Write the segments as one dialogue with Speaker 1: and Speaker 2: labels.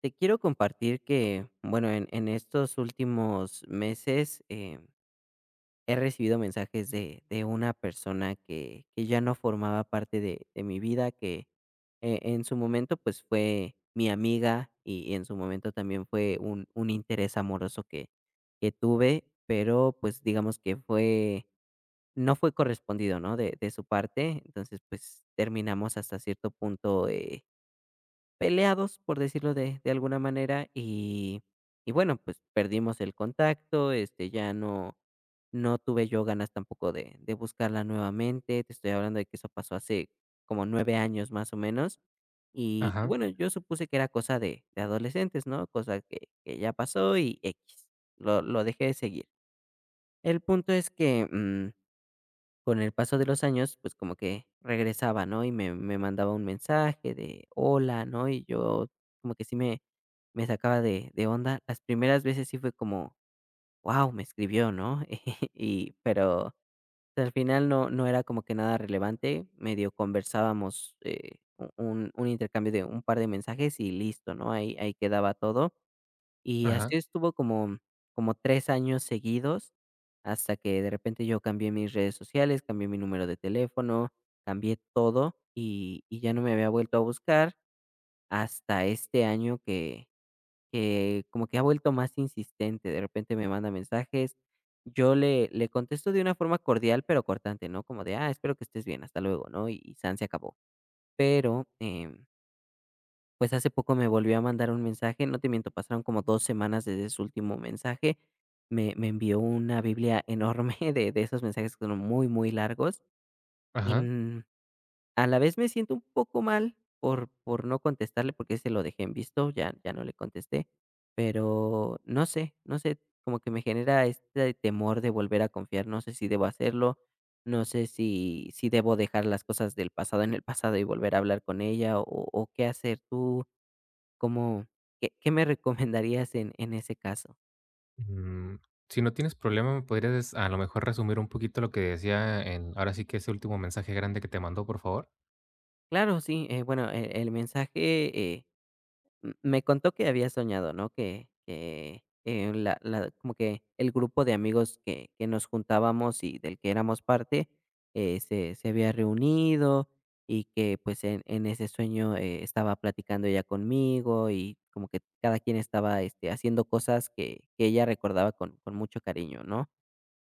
Speaker 1: Te quiero compartir que, bueno, en estos últimos meses he recibido mensajes de una persona que ya no formaba parte de mi vida, que en su momento pues fue mi amiga y en su momento también fue un interés amoroso que tuve, pero pues digamos que fue, no fue correspondido, ¿no? De su parte, entonces pues terminamos hasta cierto punto, peleados, por decirlo de alguna manera, y bueno, pues, perdimos el contacto, este, ya no no tuve yo ganas tampoco de buscarla nuevamente. Te estoy hablando de que eso pasó hace como 9 años, más o menos. Y
Speaker 2: Ajá,
Speaker 1: bueno, yo supuse que era cosa de adolescentes, ¿no? Cosa que ya pasó y x. Lo dejé de seguir. El punto es que, con el paso de los años, pues, como que regresaba, ¿no? Y me mandaba un mensaje de: "Hola", ¿no? Y yo como que sí me sacaba de onda. Las primeras veces sí fue como: "wow me escribió", ¿no? Y pero al final no era como que nada relevante, medio conversábamos, un intercambio de un par de mensajes y listo, ¿no? Ahí quedaba todo. Y
Speaker 2: ajá,
Speaker 1: así estuvo como 3 años seguidos, hasta que de repente yo cambié mis redes sociales, cambié mi número de teléfono, cambié todo, y ya no me había vuelto a buscar hasta este año que como que ha vuelto más insistente. De repente me manda mensajes, yo le contesto de una forma cordial, pero cortante, ¿no? Como de: "Ah, espero que estés bien, hasta luego", ¿no? Y san se acabó. Pero, pues hace poco me volvió a mandar un mensaje, no te miento, pasaron como 2 semanas desde su último mensaje. Me envió una Biblia enorme de esos mensajes que son muy, muy largos, y,
Speaker 2: ajá.
Speaker 1: a la vez me siento un poco mal por no contestarle, porque se lo dejé en visto, ya no le contesté, pero no sé, como que me genera este temor de volver a confiar, no sé si debo hacerlo, no sé si debo dejar las cosas del pasado en el pasado y volver a hablar con ella o qué hacer. ¿Tú ¿Cómo qué qué me recomendarías en ese caso?
Speaker 2: Mm, si no tienes problema, ¿me podrías a lo mejor resumir un poquito lo que decía en ahora sí que ese último mensaje grande que te mandó, por favor?
Speaker 1: Claro, sí, bueno, el mensaje, eh, m me contó que había soñado, ¿no? Que, la la como que el grupo de amigos que nos juntábamos y del que éramos parte, se había reunido y que, pues, en ese sueño, estaba platicando ella conmigo y como que cada quien estaba, este, haciendo cosas que ella recordaba con mucho cariño, ¿no?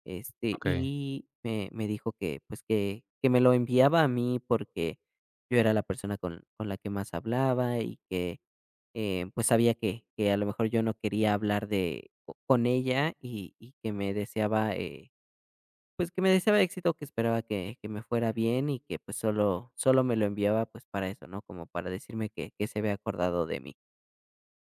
Speaker 1: Este,
Speaker 2: Ok.
Speaker 1: y me dijo que, pues, que me lo enviaba a mí porque yo era la persona con la que más hablaba y que, pues, sabía que a lo mejor yo no quería hablar de co con ella y que me deseaba, pues, que me deseaba éxito, que esperaba que me fuera bien y que, pues, solo me lo enviaba, pues, para eso, ¿no? Como para decirme que se había acordado de mí.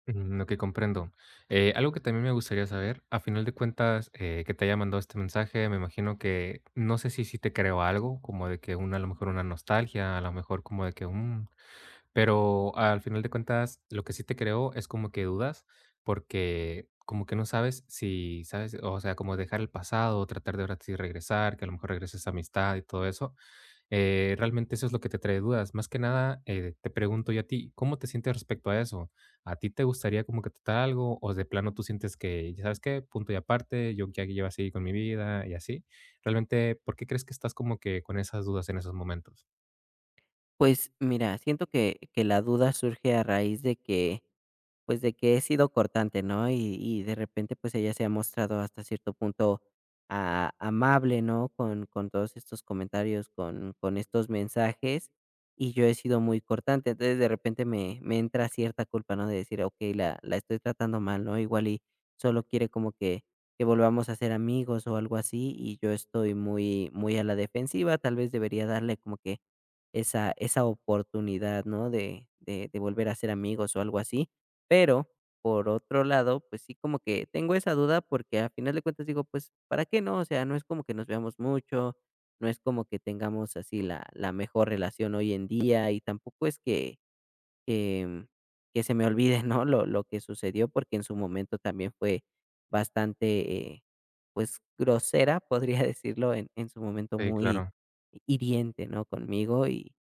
Speaker 2: Mm, lo que comprendo. Algo que también me gustaría saber, a final de cuentas, que te haya mandado este mensaje, me imagino que no sé si te creó algo, como de que una, a lo mejor una nostalgia, a lo mejor como de que un. Pero al final de cuentas, lo que sí te creo es como que dudas, porque como que no sabes si, ¿sabes? O sea, como dejar el pasado, tratar de ahora sí regresar, que a lo mejor regreses a amistad y todo eso. Realmente eso es lo que te trae dudas. Más que nada, te pregunto yo a ti, ¿cómo te sientes respecto a eso? ¿A ti te gustaría como que tratar algo? ¿O de plano tú sientes que, ya sabes qué, punto y aparte, yo ya que llevo así con mi vida y así? Realmente, ¿por qué crees que estás como que con esas dudas en esos momentos?
Speaker 1: Pues, mira, siento que la duda surge a raíz de que, pues, de que he sido cortante, ¿no? Y de repente, pues, ella se ha mostrado hasta cierto punto a amable, ¿no? Con todos estos comentarios, con estos mensajes, y yo he sido muy cortante. Entonces, de repente me entra cierta culpa, ¿no? De decir: "Ok, la estoy tratando mal, ¿no? Igual y solo quiere como que volvamos a ser amigos o algo así", y yo estoy muy muy a la defensiva. Tal vez debería darle como que esa oportunidad, ¿no? De volver a ser amigos o algo así. Pero, por otro lado, pues sí, como que tengo esa duda porque a final de cuentas digo, pues, ¿para qué no? O sea, no es como que nos veamos mucho, no es como que tengamos así la mejor relación hoy en día y tampoco es que, que, que, se me olvide, ¿no? Lo que sucedió porque en su momento también fue bastante, pues, grosera, podría decirlo, en su momento
Speaker 2: Sí,
Speaker 1: muy
Speaker 2: claro.
Speaker 1: hiriente, ¿no? Conmigo y,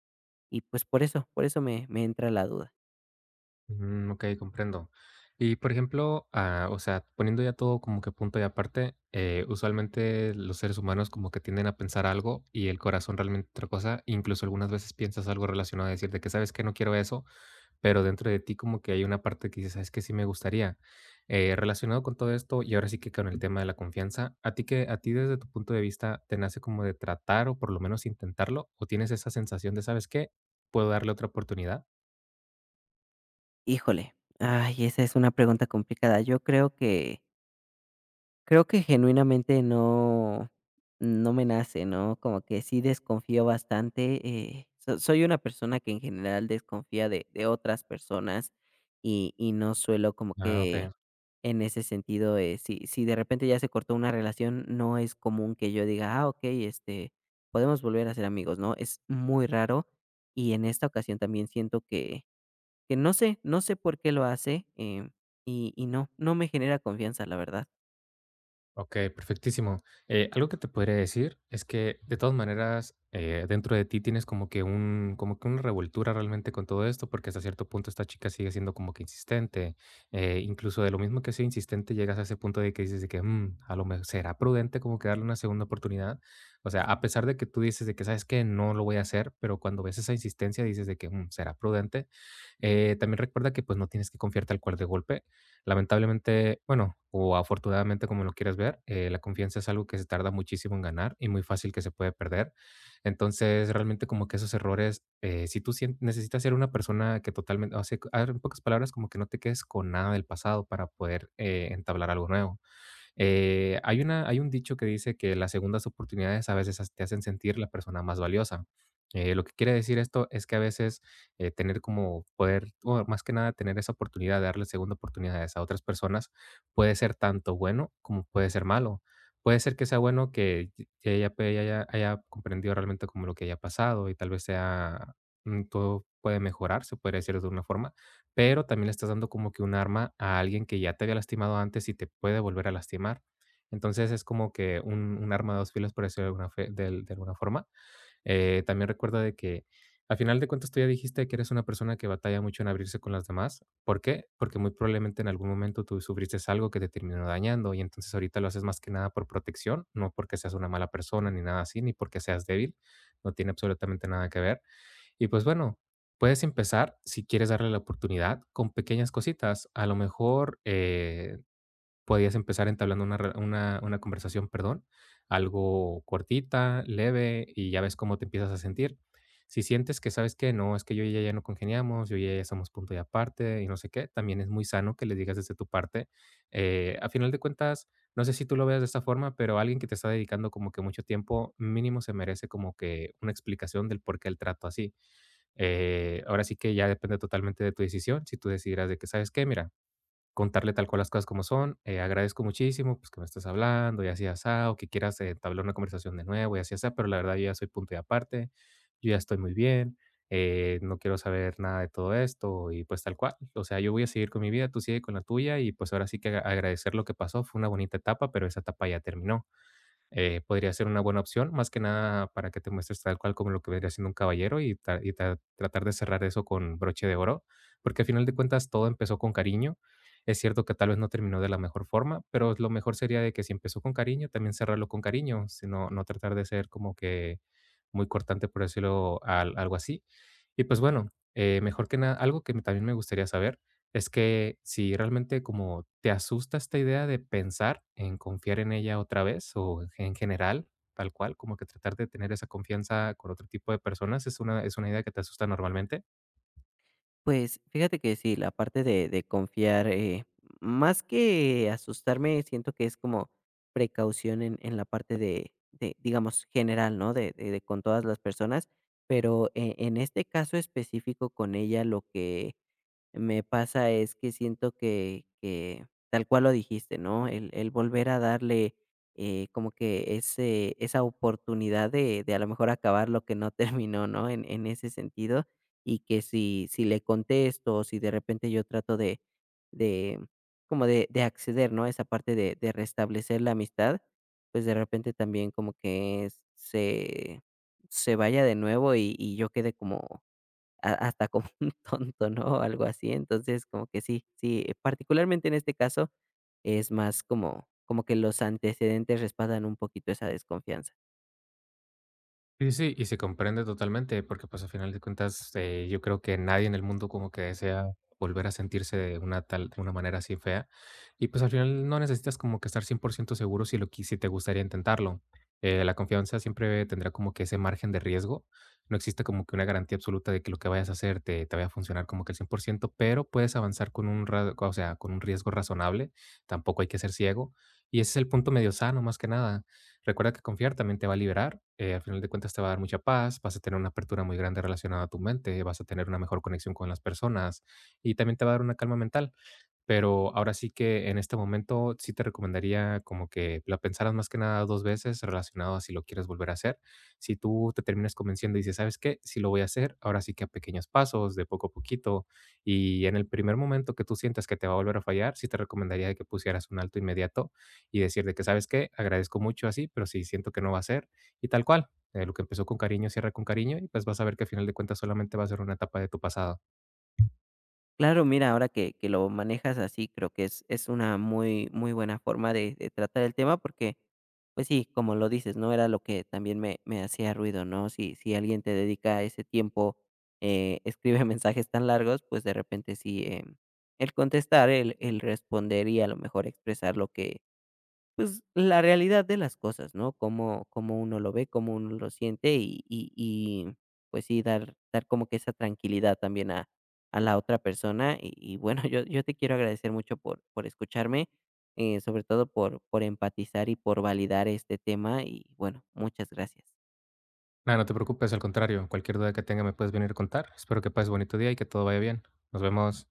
Speaker 1: y pues por eso me entra la duda.
Speaker 2: Mm, ok, comprendo. Y por ejemplo, ah, o sea, poniendo ya todo como que punto y aparte, usualmente los seres humanos como que tienden a pensar algo y el corazón realmente otra cosa. Incluso algunas veces piensas algo relacionado a decir de que sabes que no quiero eso, pero dentro de ti como que hay una parte que dices, sabes que sí me gustaría. Relacionado con todo esto y ahora sí que con el tema de la confianza, ¿a ti que a ti desde tu punto de vista te nace como de tratar o por lo menos intentarlo o tienes esa sensación de sabes qué puedo darle otra oportunidad?
Speaker 1: Híjole, ay, esa es una pregunta complicada. Yo creo que genuinamente no me nace, ¿no? Como que sí desconfío bastante, soy una persona que en general desconfía de otras personas y no suelo como
Speaker 2: Ah,
Speaker 1: que
Speaker 2: ok.
Speaker 1: en ese sentido, si de repente ya se cortó una relación, no es común que yo diga: "Ah, okey, este, podemos volver a ser amigos", ¿no? Es muy raro, y en esta ocasión también siento que no sé, no sé por qué lo hace, y no, no me genera confianza, la verdad.
Speaker 2: Ok, perfectísimo. Algo que te podría decir es que de todas maneras dentro de ti tienes como que un, como que una revoltura realmente con todo esto, porque hasta cierto punto esta chica sigue siendo como que insistente. Incluso de lo mismo que sea insistente, llegas a ese punto de que dices de que "Mm, a lo mejor será prudente como que darle una segunda oportunidad". O sea, a pesar de que tú dices de que sabes que no lo voy a hacer, pero cuando ves esa insistencia dices de que "Mm, será prudente". También recuerda que pues no tienes que confiar tal cual de golpe. Lamentablemente, bueno, o afortunadamente, como lo quieras ver, la confianza es algo que se tarda muchísimo en ganar y muy fácil que se puede perder. Entonces, realmente como que esos errores, si tú necesitas ser una persona que totalmente, o sea, en pocas palabras, como que no te quedes con nada del pasado para poder entablar algo nuevo. Hay una hay un dicho que dice que las segundas oportunidades a veces te hacen sentir la persona más valiosa. Lo que quiere decir esto es que a veces, tener como poder, o más que nada tener esa oportunidad de darle segunda oportunidades a otras personas puede ser tanto bueno como puede ser malo. Puede ser que sea bueno que ella haya comprendido realmente como lo que haya pasado y tal vez sea, mm, todo puede mejorar, se puede decir de una forma, pero también le estás dando como que un arma a alguien que ya te había lastimado antes y te puede volver a lastimar. Entonces es como que un arma de dos filos, por decirlo de alguna, de alguna forma. También recuerda de que al final de cuentas tú ya dijiste que eres una persona que batalla mucho en abrirse con las demás. ¿Por qué? Porque muy probablemente en algún momento tú sufriste algo que te terminó dañando y entonces ahorita lo haces más que nada por protección, no porque seas una mala persona ni nada así, ni porque seas débil. No tiene absolutamente nada que ver. Y pues bueno, puedes empezar si quieres darle la oportunidad con pequeñas cositas. A lo mejor podías empezar entablando una conversación, perdón, algo cortita, leve, y ya ves cómo te empiezas a sentir. Si sientes que, ¿sabes que no, es que yo y ella ya no congeniamos, yo y ella ya somos punto y aparte y no sé qué?, también es muy sano que le digas desde tu parte. A final de cuentas, no sé si tú lo veas de esta forma, pero alguien que te está dedicando como que mucho tiempo, mínimo se merece como que una explicación del por qué el trato así. Ahora sí que ya depende totalmente de tu decisión. Si tú decidieras de que, ¿sabes qué? Mira, contarle tal cual las cosas como son, agradezco muchísimo, pues, que me estés hablando y así, y o que quieras entablar una conversación de nuevo y así y asá, pero la verdad yo ya soy punto y aparte, yo ya estoy muy bien, no quiero saber nada de todo esto y pues tal cual. O sea, yo voy a seguir con mi vida, tú sigue con la tuya y pues ahora sí que aga agradecer lo que pasó, fue una bonita etapa, pero esa etapa ya terminó. Podría ser una buena opción, más que nada para que te muestres tal cual como lo que vendría siendo un caballero y, tratar de cerrar eso con broche de oro, porque al final de cuentas todo empezó con cariño. Es cierto que tal vez no terminó de la mejor forma, pero lo mejor sería de que si empezó con cariño, también cerrarlo con cariño, sino no tratar de ser como que muy cortante, por decirlo algo así. Y pues bueno, mejor que nada, algo que también me gustaría saber es que si realmente como te asusta esta idea de pensar en confiar en ella otra vez o en general, tal cual, como que tratar de tener esa confianza con otro tipo de personas es una idea que te asusta normalmente.
Speaker 1: Pues, fíjate que sí, la parte de confiar, más que asustarme, siento que es como precaución en la parte de, digamos, general, ¿no? De con todas las personas, pero en este caso específico con ella, lo que me pasa es que siento que tal cual lo dijiste, ¿no? El volver a darle, como que ese esa oportunidad de a lo mejor acabar lo que no terminó, ¿no? En ese sentido, y que si le contesto, o si de repente yo trato de como de acceder, ¿no? Esa parte de restablecer la amistad, pues, de repente también como que se vaya de nuevo y yo quede como a hasta como un tonto, ¿no? Algo así. Entonces, como que sí, sí, particularmente en este caso, es más como que los antecedentes respaldan un poquito esa desconfianza.
Speaker 2: Sí, sí, y se comprende totalmente, porque pues a final de cuentas yo creo que nadie en el mundo como que desea volver a sentirse de una tal, de una manera así fea. Y pues al final no necesitas como que estar 100% seguro si te gustaría intentarlo. La confianza siempre tendrá como que ese margen de riesgo. No existe como que una garantía absoluta de que lo que vayas a hacer te vaya a funcionar como que el 100%, pero puedes avanzar con un, o sea, con un riesgo razonable. Tampoco hay que ser ciego. Y ese es el punto medio sano, más que nada. Recuerda que confiar también te va a liberar, al final de cuentas te va a dar mucha paz, vas a tener una apertura muy grande relacionada a tu mente, vas a tener una mejor conexión con las personas y también te va a dar una calma mental. Pero ahora sí que en este momento sí te recomendaría como que la pensaras más que nada dos veces relacionado a si lo quieres volver a hacer. Si tú te terminas convenciendo y dices, ¿sabes qué? Si lo voy a hacer, ahora sí que a pequeños pasos, de poco a poquito. Y en el primer momento que tú sientas que te va a volver a fallar, sí te recomendaría de que pusieras un alto inmediato y decir de que, ¿sabes qué? Agradezco mucho así, pero si siento que no va a ser, y tal cual. Eh, lo que empezó con cariño, cierra con cariño y pues vas a ver que al final de cuentas solamente va a ser una etapa de tu pasado.
Speaker 1: Claro, mira, ahora que lo manejas así, creo que es una muy muy buena forma de tratar el tema porque, pues sí, como lo dices, ¿no? Era lo que también me hacía ruido, ¿no? Si alguien te dedica ese tiempo, escribe mensajes tan largos, pues de repente sí, el contestar, el responder y a lo mejor expresar lo que pues, la realidad de las cosas, ¿no? Cómo uno lo ve, cómo uno lo siente y, pues sí, dar como que esa tranquilidad también a la otra persona. Y bueno, yo te quiero agradecer mucho por escucharme, sobre todo por empatizar y por validar este tema y bueno, muchas gracias.
Speaker 2: Nada, no te preocupes, al contrario, cualquier duda que tenga me puedes venir a contar. Espero que pases bonito día y que todo vaya bien. Nos vemos.